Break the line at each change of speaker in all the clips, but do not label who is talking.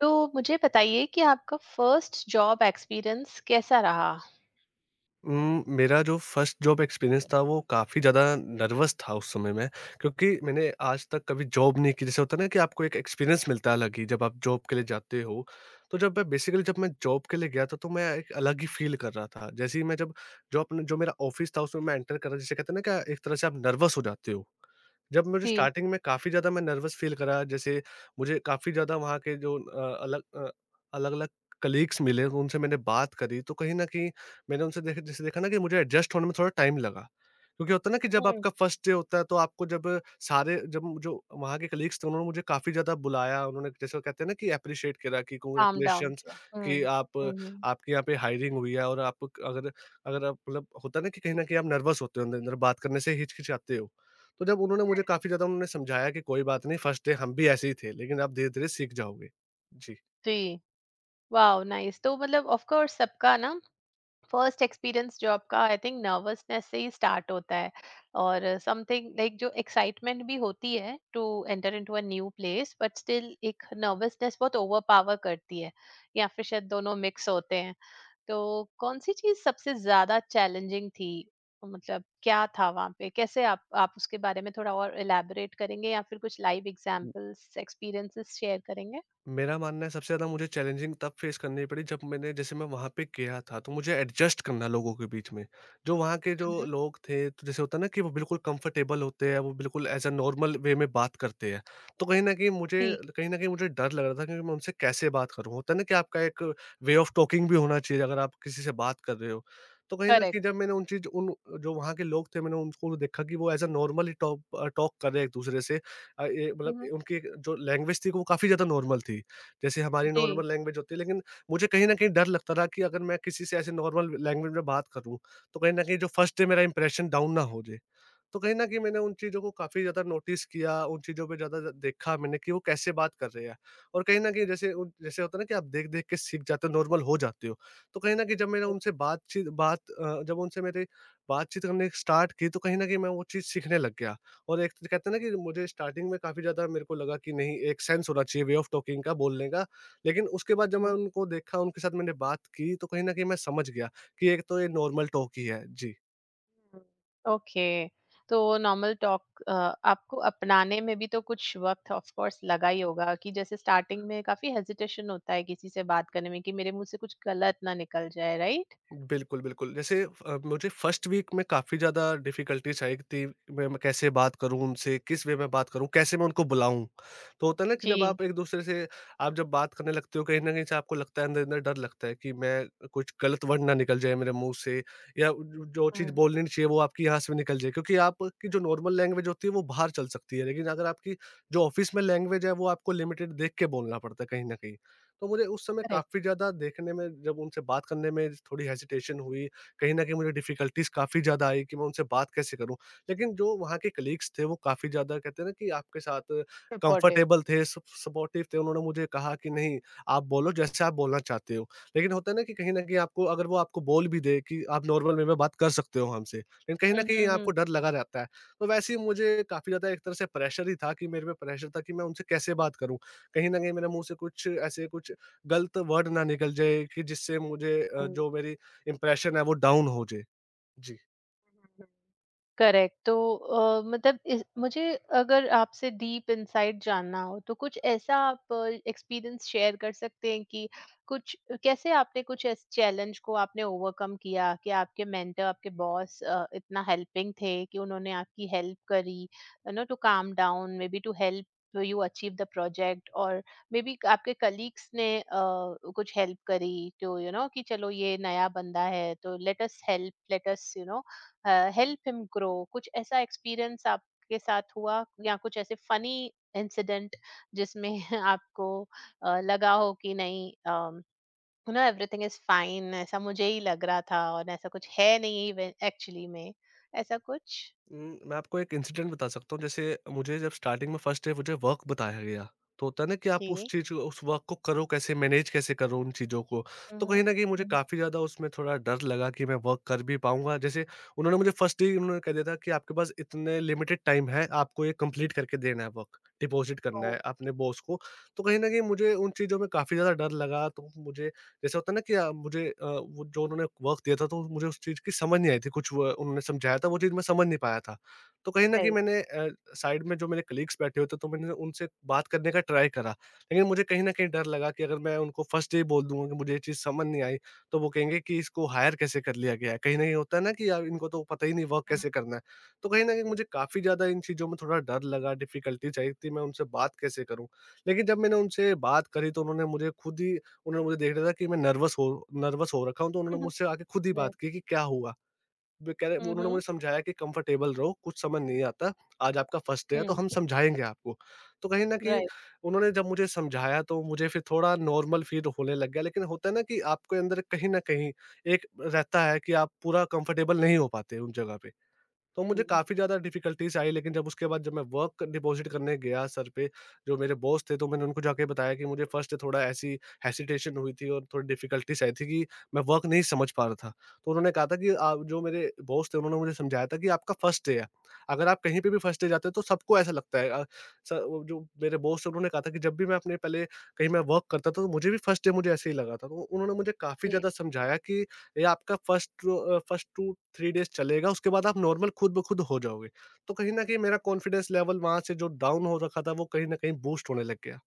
तो मुझे बताइए कि आपका फर्स्ट जॉब एक्सपीरियंस कैसा रहा?
मेरा जो फर्स्ट जॉब एक्सपीरियंस था वो काफ़ी ज़्यादा नर्वस था उस समय में, क्योंकि मैंने आज तक कभी जॉब नहीं की। जैसे होता है ना कि आपको एक एक्सपीरियंस मिलता है अलग ही, जब आप जॉब के लिए जाते हो। तो जब मैं जॉब के लिए गया था, तो मैं एक अलग ही फ़ील कर रहा था। जैसे ही मैं जब जो अपने जो मेरा ऑफ़िस था उसमें मैं एंटर करा, जिसे कहते हैं ना कि एक तरह से आप नर्वस हो जाते हो। जब मुझे
जी।
स्टार्टिंग में काफ़ी ज़्यादा मैं नर्वस फ़ील करा। जैसे मुझे काफ़ी ज़्यादा वहाँ के जो अलग अलग-अलग कलीग्स मिले, उनसे मैंने बात करी, तो कहीं न कहीं मैंने उनसे देख जैसे देखा ना कि मुझे एडजस्ट होने में थोड़ा टाइम लगा। क्योंकि होता है ना कि जब
हुँ,
आपका फर्स्ट डे होता है, तो आपको जब सारे जब जो वहाँ के कलीग्स थे, उन्होंने मुझे काफ़ी ज़्यादा बुलाया, उन्होंने जैसे वो कहते हैं ना कि एप्रिशिएट करा कि
काम डाउन
कांग्रेचुलेशन्स
किया। हुँ,
कि आप
हुँ, हुँ।
आपके यहाँ पे हायरिंग हुई है, और आप अगर अगर आप मतलब होता है ना कि कहीं न कहीं आप नर्वस होते हो, अंदर-अंदर बात करने से हिचकिचाते हो। तो जब उन्होंने मुझे काफ़ी ज़्यादा उन्होंने समझाया कि कोई बात नहीं, फर्स्ट डे हम भी ऐसे ही थे, लेकिन आप धीरे-धीरे सीख जाओगे। जी।
जी। वॉव! नाइस। तो मतलब ऑफ़ कोर्स सबका ना फर्स्ट एक्सपीरियंस जॉब का आई थिंक नर्वसनेस से ही स्टार्ट होता है, और समथिंग लाइक जो एक्साइटमेंट भी होती है to enter into a new place, but still एक नर्वसनेस बहुत ओवरपावर करती है, या फिर शायद दोनों मिक्स होते हैं। तो कौन सी चीज सबसे ज्यादा चैलेंजिंग थी, मतलब क्या था वहां पे? कैसे आप उसके बारे में थोड़ा और इलैबोरेट करेंगे, या फिर कुछ लाइव एग्जांपल्स एक्सपीरियंसेस शेयर करेंगे?
मेरा मानना है सबसे ज़्यादा मुझे चैलेंजिंग तब फेस करनी पड़ी, जब मैंने जैसे मैं वहाँ पे गया था, तो मुझे एडजस्ट करना लोगों के बीच में। जो वहाँ के जो
हम्म।
लोग थे, तो जैसे होता है ना कि वो बिल्कुल कंफर्टेबल होते हैं, वो बिल्कुल एज़ अ नॉर्मल वे में बात करते हैं। तो कहीं न कहीं मुझे
जी।
कहीं न कहीं मुझे डर लग रहा था, क्योंकि मैं उनसे कैसे बात करूँ? होता है ना कि आपका एक वे ऑफ टॉकिंग भी होना चाहिए, अगर आप किसी से बात कर रहे हो। तो कहीं न कहीं
करेक्ट।
जब मैंने उन चीज़ उन जो वहाँ के लोग थे, मैंने उनको देखा कि वो एज़ अ नॉर्मली टॉक कर रहे हैं एक-दूसरे से। ये मतलब उनकी जो लैंग्वेज थी वो काफ़ी ज़्यादा नॉर्मल थी। जैसे हमारी
जी।
नॉर्मल लैंग्वेज होती है, लेकिन मुझे कहीं न कहीं डर लगता था कि अगर मैं किसी से ऐसे नॉर्मल लैंग्वेज में बात करूँ, तो कहीं न कहीं जो फर्स्ट डे मेरा इंप्रेशन डाउन ना हो जाए। तो कहीं न कहीं मैंने उन चीज़ों को काफ़ी ज़्यादा नोटिस किया, उन चीज़ों पे ज़्यादा देखा मैंने कि वो कैसे बात कर रहे हैं। और कहीं न कहीं जैसे उन जैसे होता है ना कि आप देख-देख के सीख जाते हो, नॉर्मल हो जाते हो। तो कहीं न कहीं जब मैंने उनसे बातचीत बात अ, जब उनसे मेरी बातचीत हमने स्टार्ट की, तो कहीं न कहीं मैं वो चीज़ सीखने लग गया। और एक तो कहते हैं ना कि मुझे स्टार्टिंग में काफ़ी ज़्यादा मेरे को लगा कि नहीं, एक सेंस होना चाहिए वे ऑफ टॉकिंग का, बोलने का। लेकिन उसके बाद जब मैं
हम्म।
उनको देखा, उनके साथ मैंने बात की, तो कहीं न कहीं मैं समझ गया कि एक तो ये नॉर्मल टॉक ही है। जी।
हम्म। ओके। तो नॉर्मल टॉक आपको अपनाने में भी तो कुछ वक्त ऑफ कोर्स लगा ही होगा, कि जैसे स्टार्टिंग में काफी हेजिटेशन होता है किसी से बात करने में, कि मेरे मुंह से कुछ गलत ना निकल जाए, राइट?
बिल्कुल, बिल्कुल। जैसे मुझे फर्स्ट वीक में काफ़ी ज़्यादा डिफ़िकल्टीज़ आई थी, मैं कैसे बात करूँ उनसे, किस वे में बात करूँ, कैसे मैं उनको बुलाऊँ? तो होता है ना कि जब
जी।
आप एक-दूसरे से आप जब बात करने लगते हो, कहीं न कहीं से आपको लगता है, अंदर-अंदर डर लगता है कि मैं कुछ गलत वर्ड ना निकल जाए मेरे मुँह से, या ज जो चीज़
हम्म।
बोलनी नहीं चाहिए, वो आपकी यहाँ से भी निकल जाए, क्योंकि आपकी जो नॉर्मल लैंग्वेज होती है, वो बाहर चल सकती है। लेकिन अगर आपकी जो ऑफ़िस में लैंग्वेज है, वो आपको लिमिटेड देख के बोलना पड़ता है कहीं न कहीं। तो मुझे उस समय
करेक्ट।
काफ़ी ज़्यादा देखने में, जब उनसे बात करने में थोड़ी हेजिटेशन हुई, कहीं न कहीं मुझे डिफ़िकल्टीज़ काफ़ी ज़्यादा आई कि मैं उनसे बात कैसे करूँ? लेकिन जो वहाँ के कलीग्स थे, वो काफ़ी ज़्यादा, कहते हैं ना, कि आपके साथ
सपोर्टिव।
कंफर्टेबल थे, सप सपोर्टिव थे, उन्होंने मुझे कहा कि नहीं, आप बोलो जैसे आप बोलना चाहते हो। लेकिन होता है ना कि कहीं न कहीं आपको, अगर वो आपको बोल भी दे कि आप नॉर्मल वे में बात कर सकते हो हमसे, लेकिन कहीं न
हम्म।
कहीं आपको
हम्म।
डर लगा रहता है। तो वैसे ही मुझे काफ़ी ज़्यादा एक तरह से प्रेशर ही था, कि मेरे पे प्रेशर था कि मैं उनसे कैसे बात करूँ? कहीं न कहीं मेरे मुँह से कुछ गलत वर्ड ना निकल जाए, कि जिससे मुझे
हम्म।
जो मेरी इम्प्रेशन है वो डाउन हो जाए। जी।
करेक्ट। तो मुझे अगर आपसे डीप इनसाइट जानना हो, तो कुछ ऐसा आप एक्सपीरियंस शेयर कर सकते हैं कि कुछ, कैसे आपने कुछ ऐसे चैलेंज को आपने ओवरकम किया, कि आपके मेंटर आपके बॉस इतना हेल्पिंग थे कि उन्होंने आपकी हेल्प करी, you know, to calm down, maybe to help you achieve the project, और मे बी आपके कलीग्स ने कुछ हेल्प करी, तो यू नो कि चलो ये नया बंदा है, तो let us help, let us, you know, help him grow. कुछ ऐसा एक्सपीरियंस आपके साथ हुआ, या कुछ ऐसे फनी इंसिडेंट जिसमें आपको लगा हो कि नहीं, you know, everything is fine, ऐसा मुझे ही लग रहा था और ऐसा कुछ है नहीं एक्चुअली में, ऐसा कुछ।
मैं आपको एक इंसिडेंट बता सकता हूँ। जैसे मुझे जब स्टार्टिंग में फर्स्ट डे मुझे वर्क बताया गया, तो होता है ना कि आप उस
जी।
चीज़ को, उस वर्क को करो कैसे, मैनेज कैसे करो उन चीज़ों को। तो
हम्म।
कहीं न कहीं मुझे
हम्म।
काफ़ी ज़्यादा उसमें थोड़ा डर लगा कि मैं वर्क कर भी पाऊँगा। जैसे उन्होंने मुझे फर्स्ट डे ही उन्होंने कह दिया था कि आपके पास इतने लिमिटेड टाइम है, आपको ये कंप्लीट करके देना है वर्क, डिपॉज़िट करना
ओ।
है अपने बॉस को। तो कहीं न कहीं मुझे उन चीज़ों में काफ़ी ज़्यादा डर लगा, तो मुझे जैसा होता है ना कि मुझे वो जो उन्होंने वर्क दिया था, तो मुझे उस चीज़ की समझ नहीं आई थी, कुछ वो उन्होंने समझाया था वो चीज़ मैं समझ नहीं पाया था। तो कहीं न कहीं
राइट।
मैंने साइड में जो मेरे कलीग्स बैठे हुए थे, तो मैंने उनसे बात करने का ट्राई करा। लेकिन मुझे कहीं न कहीं डर लगा कि अगर मैं उनको फर्स्ट डे ही बोल दूँगा कि मुझे ये चीज़ समझ नहीं आई, तो वो कहेंगे कि इसको हायर कैसे कर लिया गया है? कहीं न कहीं होता है ना कि यार, इनको तो पता ही नहीं वर्क कैसे करना है। तो कहीं न कहीं मुझे काफ़ी ज़्यादा इन चीज़ों में थोड़ा डर लगा, डिफ़िकल्टीज़ आई कि मैं उनसे बात कैसे करूँ? लेकिन जब मैंने उनसे बात करी, तो उन्होंने मुझे खुद ही, उन्होंने मुझे देख लिया था कि मैं नर्वस हो रखा हूँ, तो उन्होंने
हम्म।
मुझसे आके खुद ही बात
राइट।
की कि क्या हुआ? वे कह रहे वो उन्होंने
हम्म।
मुझे समझाया कि कंफर्टेबल रहो, कुछ समझ नहीं आता, आज आपका फर्स्ट डे है, तो
हम्म।
हम समझाएँगे आपको। तो कहीं न कहीं
राइट।
उन्होंने जब मुझे समझाया, तो मुझे फिर थोड़ा नॉर्मल फ़ील होने लग गया, लेकिन होता है ना कि आपके अंदर कहीं न कहीं एक रहता है कि आप पूरा कंफर्टेबल नहीं हो पाते उन जगह पे। तो मुझे काफ़ी ज़्यादा डिफ़िकल्टीज़ आई, लेकिन जब उसके बाद जब मैं वर्क डिपॉज़िट करने गया सर पे, जो मेरे बॉस थे, तो मैंने उनको जाके बताया कि मुझे फ़र्स्ट थोड़ा ऐसी हेसिटेशन हुई थी, और थोड़ी डिफ़िकल्टीज़ आई थी कि मैं वर्क नहीं समझ पा रहा था। तो उन्होंने कहा था कि आप, जो मेरे बॉस थे उन्होंने मुझे समझाया था कि आपका फ़र्स्ट डे है, अगर आप कहीं पे भी फ़र्स्ट डे जाते हो तो सबको ऐसा लगता है। अ, स वो जो मेरे बॉस थे उन्होंने कहा था कि जब भी मैं अपने पहले कहीं मैं वर्क करता था, तो मुझे भी फ़र्स्ट डे मुझे ऐसे ही लगा था। तो उन्होंने मुझे काफ़ी
जी।
ज़्यादा समझाया कि ये आपका फर्स्ट 2-3 डेज़ चलेगा, उसके बाद आप नॉर्मल खुद ब खुद हो जाओगे। तो कहीं न कहीं मेरा कॉन्फिडेंस लेवल वहाँ से जो डाउन हो रखा था, वो कहीं न कहीं बूस्ट होने लग गया।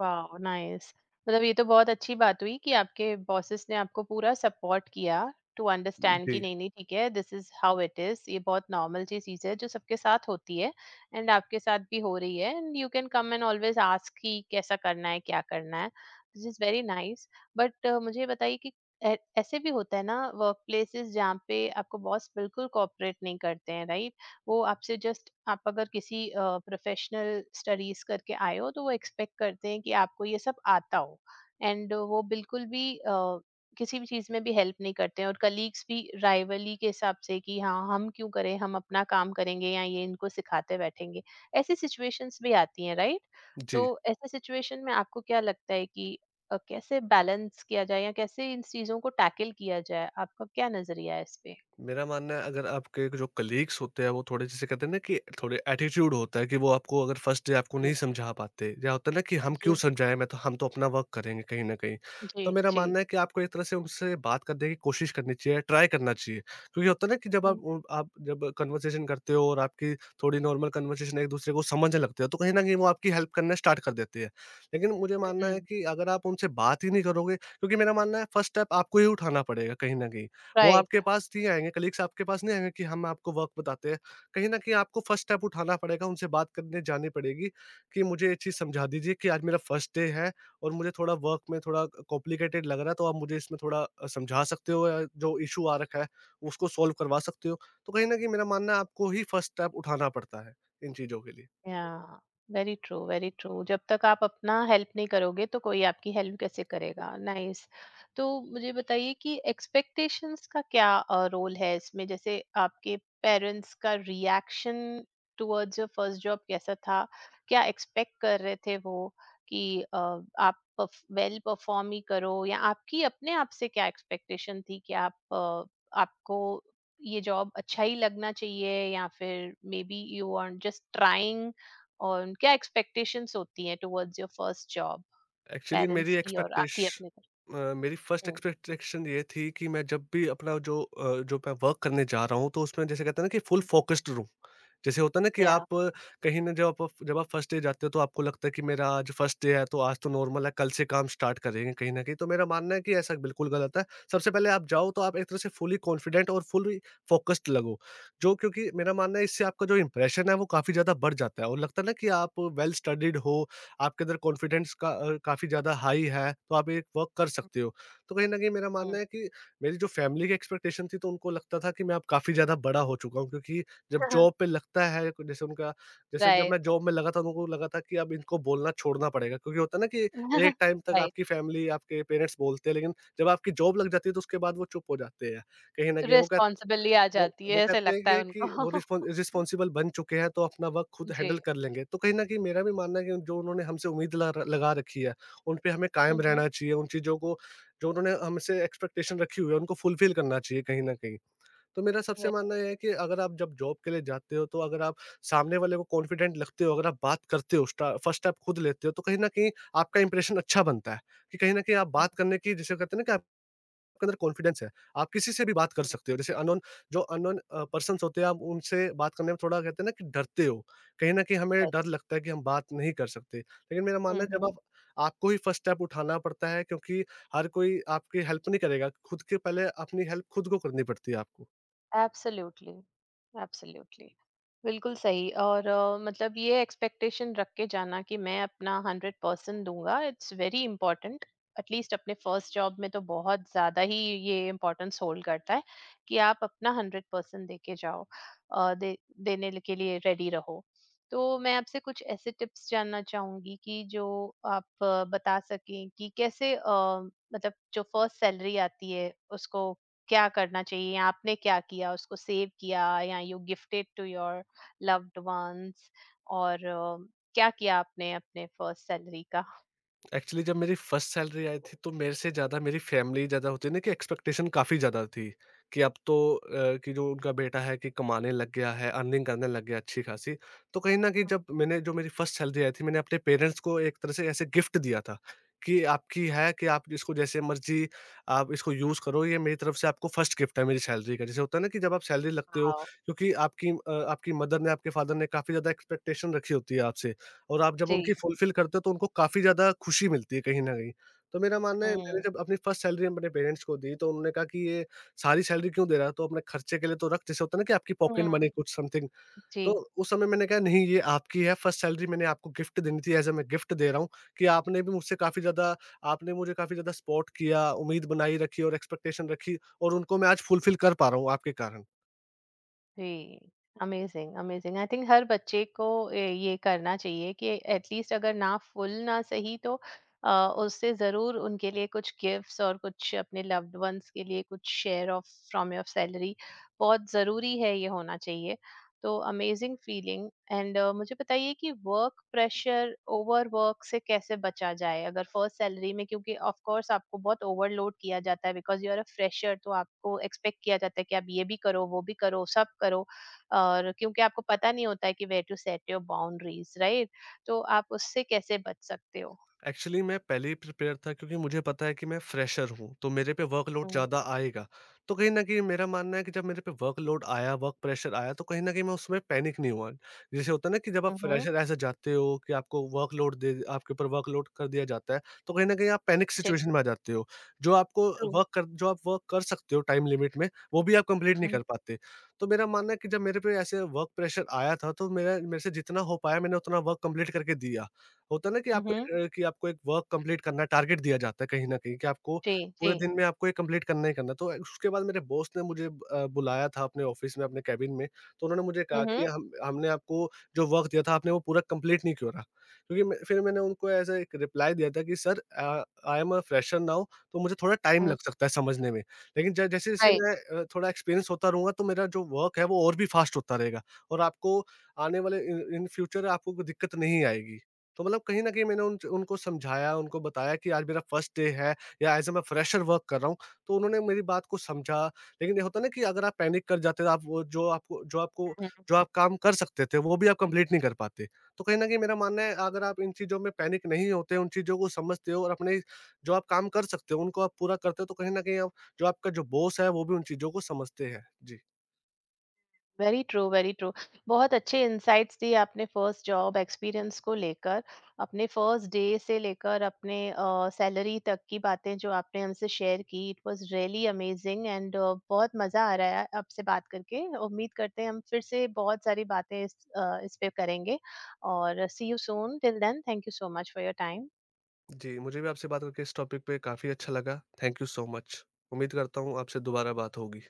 वाओ! नाइस। मतलब ये तो बहुत अच्छी बात हुई कि आपके बॉसेस ने आपको पूरा सपोर्ट किया टू अंडरस्टैंड कि
जी,
नहीं-नहीं, ठीक है, this is how it is, ये बहुत नॉर्मल सी चीज़ है जो सबके साथ होती है, एंड आपके साथ भी हो रही है, and you can come and always ask कि कैसा करना है, क्या करना है। This is very nice. But मुझे ये बताइए कि ऐ ऐसे भी होता है ना, वर्क प्लेसेस जहाँ पे आपको बॉस बिल्कुल कोऑपरेट नहीं करते हैं, राइट? वो आपसे जस्ट, आप अगर किसी प्रोफेशनल स्टडीज करके आए हो तो वो एक्सपेक्ट करते हैं कि आपको ये सब आता हो, एंड वो बिल्कुल भी किसी भी चीज में भी हेल्प नहीं करते हैं, और कलीग्स भी राइवली के हिसाब से कि हाँ, हम क्यों करें, हम अपना काम करेंगे, या ये इनको सिखाते बैठेंगे। ऐसी सिचुएशंस भी आती हैं, राइट? तो
जी।
ऐसे सिचुएशन में आपको क्या लगता है कि कैसे बैलेंस किया जाए या कैसे इन चीजों को टैकल किया जाए, आपका क्या नजरिया है इस पे?
मेरा मानना है, अगर आपके जो कलीग्स होते हैं वो थोड़े, जैसे कहते हैं ना, कि थोड़े एटीट्यूड होता है कि वो आपको अगर फर्स्ट डे आपको
जी।
नहीं समझा पाते, या होता है ना कि हम क्यों
जी।
समझाएं, मैं तो हम तो अपना वर्क करेंगे कहीं ना कहीं। तो मेरा
जी।
मानना है कि आपको एक तरह से उनसे बात करने की कोशिश करनी चाहिए, ट्राई करना चाहिए, क्योंकि होता है ना कि जब आप
जी।
उन- आप जब कन्वर्सेशन करते हो, और आपकी थोड़ी नॉर्मल कन्वर्सेशन एक दूसरे को समझने लगते हो, तो कहीं ना कहीं वो आपकी हेल्प करना स्टार्ट कर देती है। लेकिन मुझे मानना है
हुँ।
कि अगर आप उनसे बात ही नहीं करोगे, क्योंकि मेरा मानना है फर्स्ट स्टेप आपको ही उठाना पड़ेगा कहीं ना कहीं। वो
राइट।
आपके पास नहीं आएँगे, कलीग्स आपके पास नहीं आएँगे कि हम आपको वर्क बताते हैं। कहीं न कहीं आपको फर्स्ट स्टेप उठाना पड़ेगा, उनसे बात करने जानी पड़ेगी कि मुझे ये चीज़ समझा दीजिए, कि आज मेरा फर्स्ट डे है और मुझे थोड़ा वर्क में थोड़ा कॉम्प्लिकेटेड लग रहा है, तो आप मुझे इसमें थोड़ा समझा सकते हो, या जो इश्यू आ रखा है, उसको सॉल्व करवा सकते हो। तो कहीं न कहीं मेरा मानना है आपको ही फर्स्ट स्टेप उठाना पड़ता है, इन चीज़ों के लिए।
Yeah. Very true, very true. जब तक आप अपना हेल्प नहीं करोगे तो कोई आपकी हेल्प कैसे करेगा। नाइस। तो मुझे बताइए कि एक्सपेक्टेशंस का क्या रोल है इसमें? जैसे आपके पेरेंट्स का reaction towards your first job कैसा था? क्या एक्सपेक्ट कर रहे थे वो कि आप वेल परफॉर्म ही करो, या आपकी अपने आप से क्या एक्सपेक्टेशन थी कि आपको ये जॉब अच्छा ही लगना चाहिए, या फिर maybe you are just trying, और क्या एक्सपेक्टेशंस होती हैं towards your first job,
actually
parents की और आपकी अपने तरफ?
अ, मेरी फर्स्ट
हुँ,
एक्सपेक्टेशन ये थी कि मैं जब भी अपना जो मैं वर्क करने जा रहा हूँ तो उसमें जैसे कहते हैं ना कि फुल
हुँ।
फोकस्ड रहूँ। जैसे होता है ना कि
या।
आप कहीं न जब आप फर्स्ट डे जाते हो, तो आपको लगता है कि मेरा आज फर्स्ट डे है, तो आज तो नॉर्मल है, कल से काम स्टार्ट करेंगे कहीं न कहीं। तो मेरा मानना है कि ऐसा बिल्कुल गलत है। सबसे पहले आप जाओ, तो आप एक तरह से फुली कॉन्फिडेंट और फुली फोकस्ड लगो। जो क्योंकि मेरा मानना है, इससे आपका जो इम्प्रेशन है वो काफ़ी ज़्यादा बढ़ जाता है और लगता है ना कि आप वेल स्टडीड हो, आपके अंदर कॉन्फिडेंस का काफ़ी ज़्यादा हाई है, तो आप ये वर्क कर सकते
हुँ,
हो। तो कहीं न कहीं मेरा
हुँ।
मानना है कि मेरी जो फ़ैमिली की एक्सपेक्टेशन थी, तो उनको लगता था कि मैं अब काफ़ी ज़्यादा बड़ा हो चुका हूँ, क्योंकि जब जॉब पे लगता है, जैसे जब मैं
राइट।
जॉब में लगा था, तो उनको लगा था कि अब इनको बोलना छोड़ना पड़ेगा, क्योंकि होता है ना कि एक टाइम तक
राइट।
आपकी फ़ैमिली, आपके पेरेंट्स बोलते हैं, लेकिन जब आपकी जॉब लग जाती है, तो उसके बाद वो चुप हो जाते हैं। कहीं न कहीं वो कह
रिस्पॉन्सिबिलिटी आ जाती है,
वो
ऐसे
कहते हैं
लगता है
कि वो रिस्पॉन
उनको।
रिस्पॉन्सिबल बन चुके हैं, तो अपना वर्क खुद हैंडल
जी।
कर लेंगे। तो कहीं न कहीं मेरा भी मानना है कि जो उन्होंने हमसे उम्मीद ला र लगा रखी है, उन पे हमें
हुँ,
कायम
हुँ।
रहना चाहिए। उन चीज़ों को जो उन्होंने हमसे एक्सपेक्टेशन रखी हुई है, उनको फुलफ़िल करना चाहिए कहीं न कहीं। तो मेरा सबसे
वे।
मानना ये है कि अगर आप जब जॉब के लिए जाते हो, तो अगर आप सामने वाले को कॉन्फिडेंट लगते हो, अगर आप बात करते हो, स्टा फर्स्ट स्टेप खुद लेते हो, तो कहीं न कहीं आपका इंप्रेशन अच्छा बनता है, कि कहीं न कहीं आप
हुँ,
बात करने की, जिसे कहते हैं ना कि आप आपके अंदर कॉन्फिडेंस है, आप किसी से भी बात कर
हुँ।
सकते हो। जैसे अननोन जो अननोन पर्सन्स होते हैं, आप उनसे बात करने में थोड़ा, कहते हैं ना कि डरते हो। कहीं न कहीं हमें
यस।
डर लगता है कि हम बात नहीं कर सकते। लेकिन मेरा
हुँ,
मानना है, जब
हुँ।
आप आपको ही फर्स्ट स्टेप उठाना पड़ता है, क्योंकि हर कोई आपकी हेल्प नहीं करेगा। खुद के पहले अपनी हेल्प खुद को करनी पड़ती है आपको।
Absolutely, absolutely. बिल्कुल सही। और मतलब ये एक्सपेक्टेशन रख के जाना कि मैं अपना 100% दूँगा, इट्स वेरी इम्पोर्टेंट। एटलीस्ट अपने फर्स्ट जॉब में तो बहुत ज़्यादा ही ये इम्पोर्टेंस होल्ड करता है कि आप अपना 100% देके जाओ, अ, दे देने ल के लिए रेडी रहो। तो मैं आपसे कुछ ऐसे टिप्स जानना चाहूँगी कि जो आप बता सकें कि मतलब जो फर्स्ट सैलरी आती है उसको क्या करना चाहिए? आपने क्या किया? उसको सेव किया या you gifted to your loved ones, और क्या किया आपने अपने फर्स्ट सैलरी का?
एक्चुअली जब मेरी फर्स्ट सैलरी आई थी, तो मेरे से ज़्यादा मेरी फैमिली ज़्यादा, होती है ना कि एक्सपेक्टेशन काफ़ी ज़्यादा थी कि अब तो कि जो उनका बेटा है, कि कमाने लग गया है, अर्निंग करने लग गया अच्छी खासी। तो कहीं ना कहीं जब मैंने, जो मेरी फर्स्ट सैलरी आई थी, मैंने अपने पेरेंट्स को एक तरह से ऐसे गिफ्ट दिया था कि आपकी है, कि आप इसको जैसे मर्जी आप इसको यूज़ करो। ये मेरी तरफ से आपको फर्स्ट गिफ्ट है मेरी सैलरी का, जैसे होता है ना कि जब आप सैलरी लगते हो।
वाओ!
क्योंकि आपकी मदर ने, आपके फादर ने काफ़ी ज़्यादा एक्सपेक्टेशन रखी होती है आपसे, और आप जब
जी।
उनकी फुलफ़िल करते हो, तो उनको काफ़ी ज़्यादा खुशी मिलती है कहीं न कहीं। तो मेरा मानना है, मैंने
हुँ,
जब अपनी फर्स्ट सैलरी अपने पेरेंट्स को दी, तो उन्होंने कहा कि ये सारी सैलरी क्यों दे रहा है, तो अपने खर्चे के लिए तो रख, जैसे होता है ना कि आपकी
हुँ।
पॉकेट मनी कुछ, समथिंग। तो
जी।
उस समय मैंने कहा, नहीं, ये आपकी है फर्स्ट सैलरी, मैंने आपको गिफ्ट देनी थी, एज़ अ मैं गिफ्ट दे रहा हूँ कि आपने मुझे काफ़ी ज़्यादा सपोर्ट किया, उम्मीद बनाई रखी और एक्सपेक्टेशन रखी, और उनको मैं आज फुलफ़िल कर पा रहा हूँ आपके कारण।
जी। Amazing, amazing. आई थिंक हर बच्चे को ए ये करना चाहिए कि एट लीस्ट अगर ना फुल ना सही तो अ, उससे ज़रूर उनके लिए कुछ गिफ्ट्स, और कुछ अपने लव्ड वन्स के लिए कुछ share of from your salary बहुत ज़रूरी है, ये होना चाहिए। तो अमेजिंग फीलिंग। एंड मुझे बताइए कि वर्क प्रेशर, ओवरवर्क से कैसे बचा जाए अगर फर्स्ट सैलरी में, क्योंकि ऑफ कोर्स आपको बहुत ओवरलोड किया जाता है because you are a fresher, तो आपको एक्सपेक्ट किया जाता है कि आप ये भी करो, वो भी करो, सब करो, और क्योंकि आपको पता नहीं होता है कि where to set your boundaries, right? तो आप उससे कैसे बच सकते हो?
एक्चुअली मैं पहले ही प्रिपेयर था, क्योंकि मुझे पता है कि मैं फ्रेशर हूँ, तो मेरे पे वर्कलोड
हम्म।
ज़्यादा आएगा। तो कहीं न कहीं मेरा मानना है कि जब मेरे पे वर्कलोड आया, वर्क प्रेशर आया, तो कहीं न कहीं मैं उसमें पैनिक नहीं हुआ। जैसे होता है ना कि जब आप
हम्म।
फ्रेशर ऐसे जाते हो कि आपको वर्कलोड दे आपके ऊपर वर्कलोड कर दिया जाता है, तो कहीं न कहीं आप पैनिक
जी।
सिचुएशन में आ जाते हो। जो आपको
ट्रू।
जो आप वर्क कर सकते हो टाइम लिमिट में, वो भी आप कंप्लीट नहीं
हम्म।
कर पाते। तो मेरा मानना है कि जब मेरे पे ऐसे वर्क प्रेशर आया था, तो मेरा मेरे से जितना हो पाया, मैंने उतना वर्क कंप्लीट करके दिया। होता है ना कि
हम्म।
कि आपको एक वर्क कंप्लीट करना है, टारगेट दिया जाता है कहीं न कहीं कि आपको
जी। जी।
पूरे दिन में आपको ये कंप्लीट करना ही करना है। तो उसके बाद मेरे बॉस ने मुझे बुलाया था अपने ऑफ़िस में, अपने केबिन में। तो उन्होंने मुझे कहा कि
हम्म।
हम हमने आपको जो वर्क दिया था, आपने वो पूरा कंप्लीट नहीं करा। क्योंकि मैं फिर मैंने उनको ऐसा एक रिप्लाई दिया था कि sir, I am a fresher now, तो मुझे थोड़ा टाइम
हम्म।
लग सकता है समझने में। लेकिन ज जैसे-जैसे
राइट।
मैं थोड़ा एक्सपीरियंस होता रहूँगा, तो मेरा जो वर्क है, वो और भी फास्ट होता रहेगा, और आपको आने वाले इन इन फ्यूचर आपको कोई दिक्कत नहीं आएगी। तो मतलब कहीं न कहीं मैंने उन उनको समझाया, उनको बताया कि आज मेरा फर्स्ट डे है, या एज़ अ मैं फ्रेशर वर्क कर रहा हूँ, तो उन्होंने मेरी बात को समझा। लेकिन ये होता है ना कि अगर आप पैनिक कर जाते हो, आप वो जो आपको जो आपको जो आप काम कर सकते थे, वो भी आप कंप्लीट नहीं कर पाते। तो कहीं न कहीं मेरा मानना है, अगर आप इन चीज़ों में पैनिक नहीं होते, उन चीज़ों को समझते हो और अपने जो आप काम कर सकते हो, उनको आप पूरा करते हो, तो कहीं न कहीं आप जो आपका जो बॉस है, वो भी उन चीज़ों को समझते हैं। जी।
Very true, very true. बहुत अच्छे इंसाइट्स दिए आपने फर्स्ट जॉब एक्सपीरियंस को लेकर, अपने फर्स्ट डे से लेकर अपने सैलरी तक की बातें जो आपने हमसे शेयर की, it was really amazing, and बहुत मज़ा आ रहा है आपसे बात करके। उम्मीद करते हैं हम फिर से बहुत सारी बातें इस पे करेंगे, और see you soon, till then thank you so much for your time.
जी, मुझे भी आपसे बात करके इस टॉपिक पे काफ़ी अच्छा लगा। Thank you so much. उम्मीद करता हूँ आपसे दोबारा बात होगी।